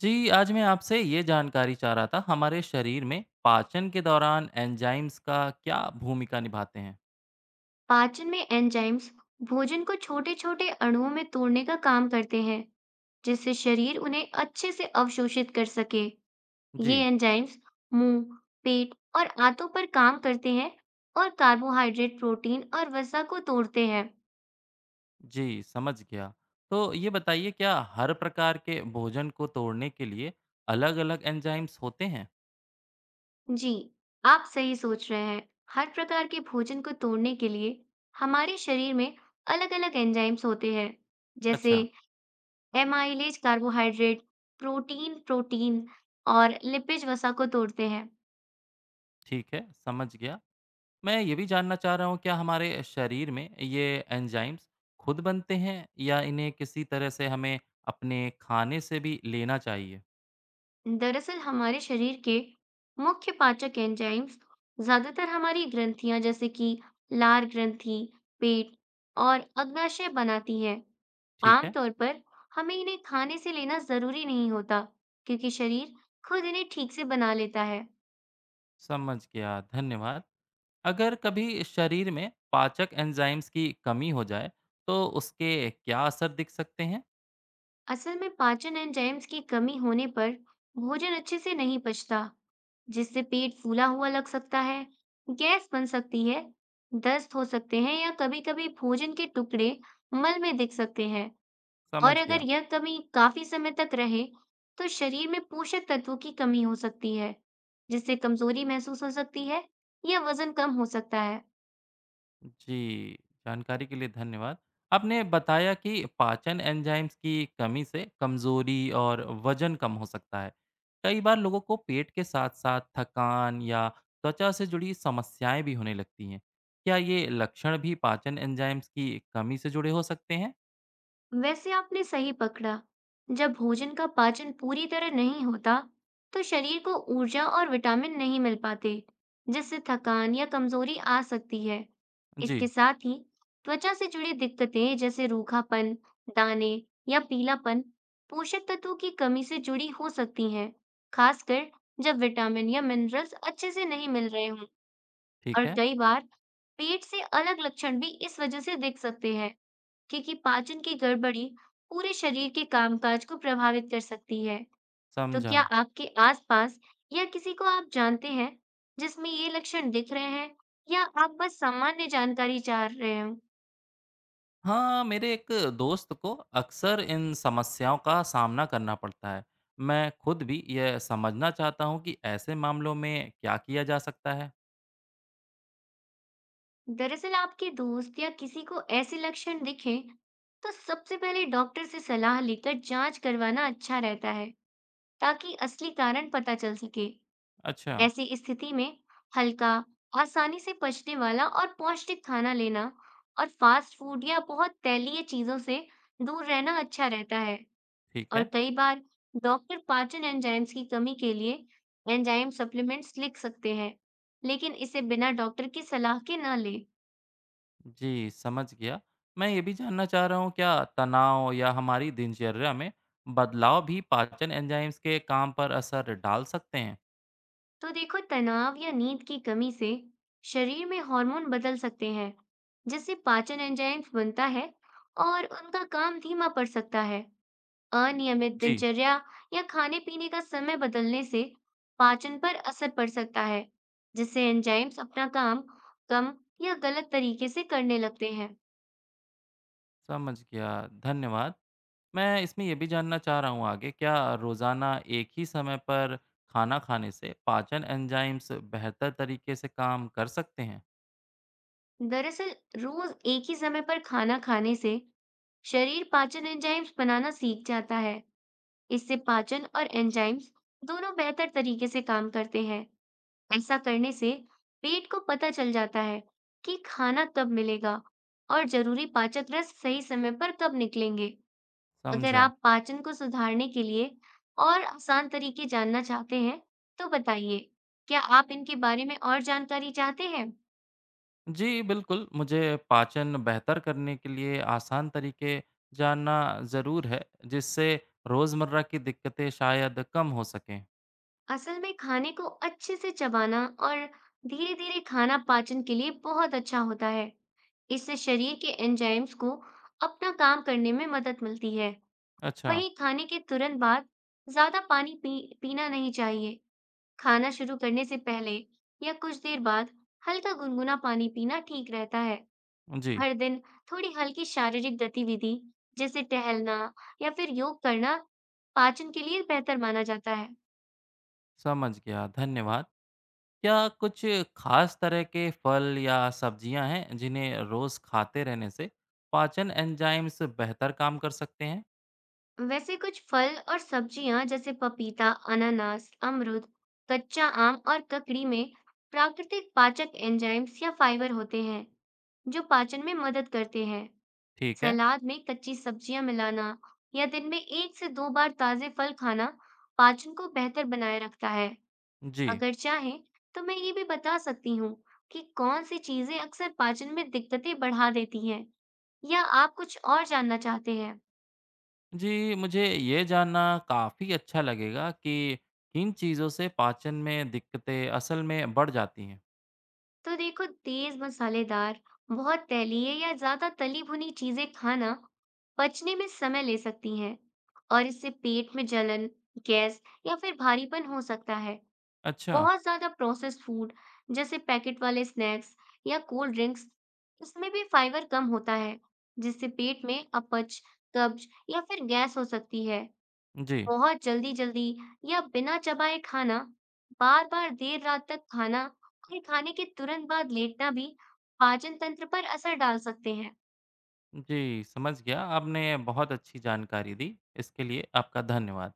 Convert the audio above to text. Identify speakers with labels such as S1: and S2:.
S1: जी, आज मैं आपसे ये जानकारी चाह रहा था, हमारे शरीर में पाचन के दौरान एंजाइम्स का क्या भूमिका निभाते हैं?
S2: पाचन में एंजाइम्स भोजन को छोटे छोटे अणुओं में तोड़ने का काम करते हैं जिससे शरीर उन्हें अच्छे से अवशोषित कर सके।
S1: जी,
S2: ये एंजाइम्स मुंह, पेट और आंतों पर काम करते हैं और कार्बोहाइड्रेट, प्रोटीन और वसा को तोड़ते हैं।
S1: जी, समझ गया। तो ये बताइए क्या हर प्रकार के भोजन को तोड़ने के लिए अलग-अलग एंजाइम्स होते हैं?
S2: जी, आप सही सोच रहे हैं। हर प्रकार के भोजन को तोड़ने के लिए हमारे शरीर में अलग-अलग एंजाइम्स होते हैं। जैसे
S1: अच्छा,
S2: एमाइलेज कार्बोहाइड्रेट, प्रोटीन प्रोटीन और लिपिज वसा को तोड़ते हैं।
S1: ठीक है, समझ गया। मैं ये भी जानना चाह रहा हूँ क्या हमारे शरीर में ये एंजाइम्स खुद बनते हैं या इन्हें किसी तरह से हमें अपने खाने से भी लेना चाहिए?
S2: दरअसल हमारे शरीर के मुख्य पाचक एंजाइम्स ज्यादातर हमारी ग्रंथियां जैसे कि लार ग्रंथि, पेट और अग्नाशय बनाती हैं।
S1: ठीक है,
S2: आमतौर पर हमें इन्हें खाने से लेना जरूरी नहीं होता, क्योंकि शरीर खुद इन्हें ठीक से बना लेता है।
S1: समझ गया, धन्यवाद। अगर कभी शरीर में पाचक एंजाइम्स की कमी हो जाए तो उसके क्या असर दिख सकते हैं।
S2: असल में पाचन एंजाइम्स की कमी होने पर भोजन अच्छे से नहीं पचता, जिससे पेट फूला हुआ लग सकता है, गैस बन सकती है, दस्त हो सकते हैं या कभी-कभी भोजन के टुकड़े मल में दिख सकते हैं। और
S1: समझ
S2: अगर
S1: गया।
S2: यह कमी काफी समय तक रहे, तो शरीर में पोषक तत्वों की कमी हो सकती है, जिससे कमजोरी महसूस हो सकती है या वजन कम हो सकता है।
S1: जी, जानकारी के लिए धन्यवाद। आपने बताया कि पाचन एंजाइम्स की कमी से कमजोरी और वजन कम हो सकता है। कई बार लोगों को पेट के साथ साथ थकान या त्वचा से जुड़ी समस्याएं भी होने लगती हैं। क्या ये लक्षण भी पाचन एंजाइम्स की कमी से जुड़े हो सकते हैं?
S2: वैसे आपने सही पकड़ा। जब भोजन का पाचन पूरी तरह नहीं होता, तो शरीर को ऊर्जा और विटामिन नहीं मिल पाते, जिससे थकान या कमजोरी आ सकती है। इसके
S1: जी।
S2: साथ ही त्वचा से जुड़ी दिक्कतें जैसे रूखापन, दाने या पीलापन पोषक तत्वों की कमी से जुड़ी हो सकती हैं, खासकर जब विटामिन या मिनरल्स अच्छे से नहीं मिल रहे हों। और
S1: ठीक है।
S2: कई बार पेट से अलग लक्षण भी इस वजह से दिख सकते हैं, क्योंकि पाचन की गड़बड़ी पूरे शरीर के कामकाज को प्रभावित कर सकती है। तो
S1: समझा।
S2: क्या आपके आसपास या किसी को आप जानते हैं जिसमें ये लक्षण दिख रहे हैं, या आप बस सामान्य जानकारी चाह रहे हो?
S1: हाँ, मेरे एक दोस्त को अक्सर इन समस्याओं का सामना करना पड़ता है। मैं खुद भी यह समझना चाहता हूँ कि ऐसे मामलों में क्या किया जा सकता है।
S2: दरअसल आपके दोस्त या किसी को ऐसे लक्षण दिखें तो सबसे पहले डॉक्टर से सलाह लेकर जांच करवाना अच्छा रहता है, ताकि असली कारण पता चल सके।
S1: अच्छा,
S2: ऐसी स्थिति में हल्का, आसानी से पचने वाला और पौष्टिक खाना लेना और फास्ट फूड या बहुत तैलीय चीजों से दूर रहना अच्छा रहता है।
S1: ठीक
S2: और
S1: है।
S2: कई बार डॉक्टर पाचन एंजाइम्स की कमी के लिए एंजाइम सप्लीमेंट्स लिख सकते हैं, लेकिन इसे बिना डॉक्टर की सलाह के ना लें।
S1: जी, समझ गया। मैं ये भी जानना चाह रहा हूँ क्या तनाव या हमारी दिनचर्या में बदलाव भी पाचन एंजाइम्स के काम पर असर डाल सकते हैं?
S2: तो देखो, तनाव या नींद की कमी से शरीर में हार्मोन बदल सकते हैं, जिससे पाचन एंजाइम्स बनता है और उनका काम धीमा पड़ सकता है। अनियमित
S1: जी,
S2: दिनचर्या या खाने-पीने का समय बदलने से पाचन पर असर पड़ सकता है, जिससे एंजाइम्स अपना काम कम या गलत तरीके से करने लगते हैं।
S1: समझ गया। धन्यवाद। मैं इसमें ये भी जानना चाह रहा हूँ आगे, क्या रोज़ाना एक ही समय पर खाना खाने से पाचन एंजाइम्स बेहतर तरीके से काम कर सकते हैं?
S2: दरअसल, रोज एक ही समय पर खाना खाने से शरीर पाचन एंजाइम्स बनाना सीख जाता है। इससे पाचन और एंजाइम्स दोनों बेहतर तरीके से काम करते हैं। ऐसा करने से पेट को पता चल जाता है कि खाना कब मिलेगा और जरूरी पाचक रस सही समय पर कब निकलेंगे। अगर
S1: समझा।
S2: आप पाचन को सुधारने के लिए और आसान तरीके जानना चाहते हैं, तो बताइए, क्या आप इनके बारे में और जानकारी चाहते हैं?
S1: जी, बिल्कुल, मुझे पाचन बेहतर करने के लिए आसान तरीके जानना ज़रूर है, जिससे रोज़मर्रा की दिक्कतें शायद कम हो सकें।
S2: असल में खाने को अच्छे से चबाना और धीरे-धीरे खाना पाचन के लिए बहुत अच्छा होता है। इससे शरीर के एंजाइम्स को अपना काम करने में मदद मिलती है।
S1: अच्छा,
S2: वहीं खाने के तुरंत बाद ज्यादा पानी पीना नहीं चाहिए। खाना शुरू करने से पहले या कुछ देर बाद हल्का गुनगुना पानी पीना ठीक रहता है।
S1: जी,
S2: हर दिन थोड़ी हल्की शारीरिक गतिविधि जैसे टहलना या फिर योग करना पाचन के लिए बेहतर माना जाता है।
S1: समझ गया, धन्यवाद। क्या कुछ खास तरह के फल या सब्जियां हैं जिन्हें रोज खाते रहने से पाचन एंजाइम्स बेहतर काम कर सकते हैं?
S2: वैसे कुछ फल और सब्जियां जैसे पपीता, अनानास, अमरूद, कच्चा आम और ककड़ी में प्राकृतिक पाचक एंजाइम्स या फाइबर होते हैं, जो पाचन में मदद करते हैं।
S1: ठीक है।
S2: सलाद में कच्ची सब्जियां मिलाना या दिन में 1 से 2 बार ताजे फल खाना पाचन को बेहतर बनाए रखता है।
S1: जी।
S2: अगर चाहें तो मैं ये भी बता सकती हूँ कि कौन सी चीजें अक्सर पाचन में दिक्कतें बढ़ा देती हैं, या आप कुछ और जानना चाहते हैं?
S1: जी, मुझे ये जानना काफ़ी अच्छा लगेगा कि किन चीज़ों से पाचन में दिक्कतें असल में बढ़ जाती हैं।
S2: तो देखो, तेज मसालेदार, बहुत तैलीय या ज्यादा तली भुनी चीजें खाना पचने में समय ले सकती हैं और इससे पेट में जलन, गैस या फिर भारीपन हो सकता है।
S1: अच्छा।
S2: बहुत ज़्यादा प्रोसेस्ड फूड जैसे पैकेट वाले स्नैक्स या कोल्ड ड्रिंक्स, इसमें भी फाइबर कम होता है, जिससे पेट में अपच, कब्ज या फिर गैस हो सकती है।
S1: जी।
S2: बहुत जल्दी जल्दी या बिना चबाए खाना, बार बार देर रात तक खाना और खाने के तुरंत बाद लेटना भी पाचन तंत्र पर असर डाल सकते हैं।
S1: जी, समझ गया। आपने बहुत अच्छी जानकारी दी। इसके लिए आपका धन्यवाद।